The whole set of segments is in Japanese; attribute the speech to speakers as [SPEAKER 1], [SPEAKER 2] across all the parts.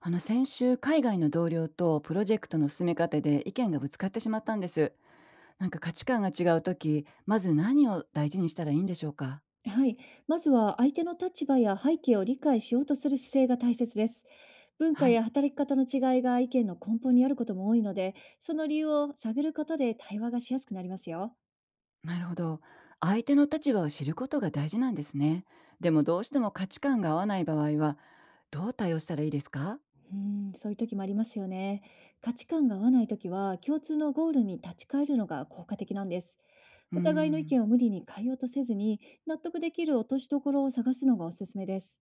[SPEAKER 1] あの、先週海外の同僚とプロジェクトの進め方で意見がぶつかってしまったんです。なんか価値観が違う時、まず何を大事にしたらいいんでしょうか？
[SPEAKER 2] はい。まずは相手の立場や背景を理解しようとする姿勢が大切です。文化
[SPEAKER 1] はい。
[SPEAKER 2] や働き方の違いが意見の根本にあることも多いので、その理由を探ることで対話がしやすくなりますよ。
[SPEAKER 1] なるほど。相手の立場を知ることが大事なんですね。でもどうしても価値観が合わない場合は、どう対応したらいいですか？
[SPEAKER 2] うん、そういう時もありますよね。価値観が合わない時は、共通のゴールに立ち返るのが効果的なんです。
[SPEAKER 1] うー
[SPEAKER 2] お互いの意
[SPEAKER 1] ん。
[SPEAKER 2] 見を無理に変えようとせずに、納得できる落としどころを探すのがおすすめです。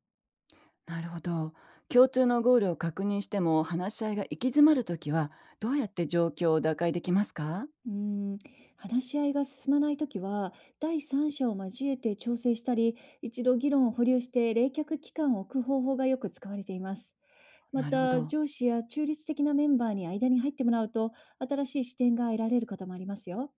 [SPEAKER 1] なるほど。共通のゴールを確認しても話し合いが行き詰まる時は、どうやって状況を打開できますか？
[SPEAKER 2] うーん、話し合いが進まないときは、第三者を交えて調整したり、一度議論を保留して冷却期間を置く方法がよく使われています。ま
[SPEAKER 1] なるほ
[SPEAKER 2] た、
[SPEAKER 1] ど。
[SPEAKER 2] 上司や中立的なメンバーに間に入ってもらうと、新しい視点が得られることもありますよ。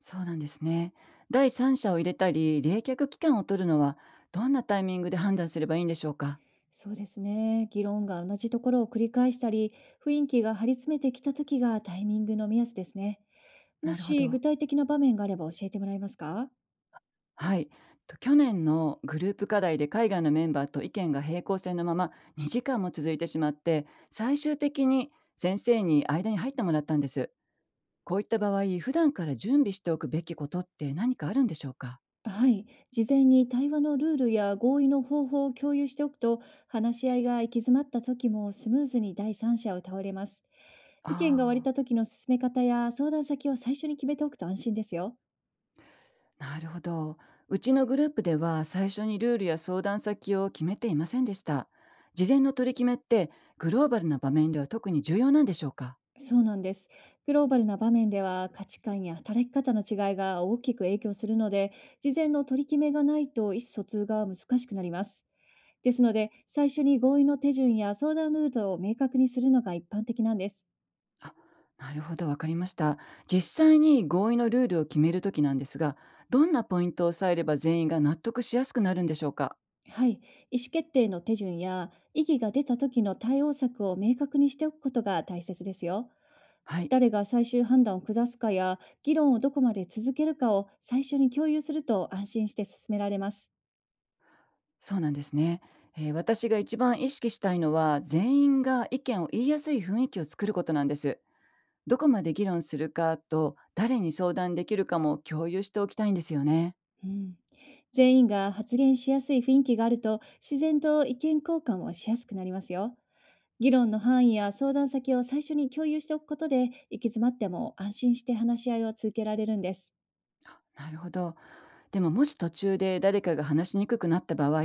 [SPEAKER 1] そうなんですね。第三者を入れたり、冷却期間を取るのは、どんなタイミングで判断すればいいんでしょうか？
[SPEAKER 2] そうですね。議論が同じところを繰り返したり、雰囲気が張り詰めてきたときがタイミングの目安ですね。も
[SPEAKER 1] なるほ
[SPEAKER 2] し具
[SPEAKER 1] ど。
[SPEAKER 2] 体的な場面があれば教えてもらえますか？
[SPEAKER 1] はい。と去年のグループ課題で海外のメンバーと意見が平行線のまま2時間も続いてしまって、最終的に先生に間に入ってもらったんです。こういった場合、普段から準備しておくべきことって何かあるんでしょうか？
[SPEAKER 2] はい。事前に対話のルールや合意の方法を共有しておくと、話し合いが行き詰まった時もスムーズに第三者を倒れます。意見が割れ
[SPEAKER 1] ああ
[SPEAKER 2] た
[SPEAKER 1] ー。
[SPEAKER 2] 時の進め方や相談先を最初に決めておくと安心ですよ。
[SPEAKER 1] なるほど。うちのグループでは最初にルールや相談先を決めていませんでした。事前の取り決めって、グローバルな場面では特に重要なんでしょうか？
[SPEAKER 2] そうなんです。グローバルな場面では価値観や働き方の違いが大きく影響するので、事前の取り決めがないと意思疎通が難しくなります。ですので、最初に合意の手順や相談ルートを明確にするのが一般的なんです。
[SPEAKER 1] あ、なるほど、わかりました。実際に合意のルールを決めるときなんですが、どんなポイントを押さえれば全員が納得しやすくなるんでしょうか？
[SPEAKER 2] はい、意思決定の手順や異議が出た時の対応策を明確にしておくことが大切ですよ。
[SPEAKER 1] はい、
[SPEAKER 2] 誰が最終判断を下すかや議論をどこまで続けるかを最初に共有すると安心して進められます。
[SPEAKER 1] そうなんですね。私が一番意識したいのは全員が意見を言いやすい雰囲気を作ることなんです。どこまで議論するかと、誰に相談できるかも共有しておきたいんですよね。
[SPEAKER 2] うん、全員が発言しやすい雰囲気があると自然と意見交換をしやすくなりますよ。議論の範囲や相談先を最初に共有しておくことで、行き詰まっても安心して話し合いを続けられるんです。
[SPEAKER 1] なるほど。でも、もし途中で誰かが話しにくくなった場合、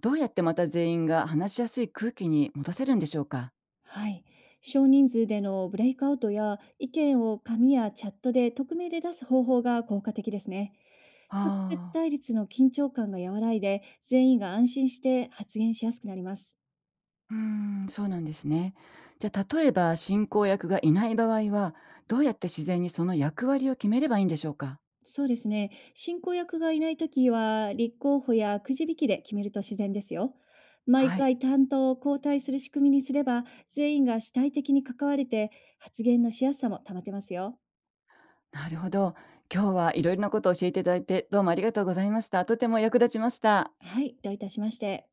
[SPEAKER 1] どうやってまた全員が話しやすい空気に戻せるんでしょうか？
[SPEAKER 2] はい。少人数でのブレイクアウトや意見を紙やチャットで匿名で出す方法が効果的ですね。直接
[SPEAKER 1] ああ、
[SPEAKER 2] 対立の緊張感が和らいで、全員が安心して発言しやすくなります。
[SPEAKER 1] うーん、そうなんですね。じゃあ例えば進行役がいない場合は、どうやって自然にその役割を決めればいいんでしょうか？
[SPEAKER 2] そうですね。進行役がいないときは、立候補やくじ引きで決めると自然ですよ。毎
[SPEAKER 1] はい、
[SPEAKER 2] 回担当を交代する仕組みにすれば、全員が主体的に関われて、発言のしやすさも保てますよ。
[SPEAKER 1] なるほど。今日はいろいろなことを教えていただいて、どうもありがとうございました。とても役立ちました。
[SPEAKER 2] はい、どういたしまして。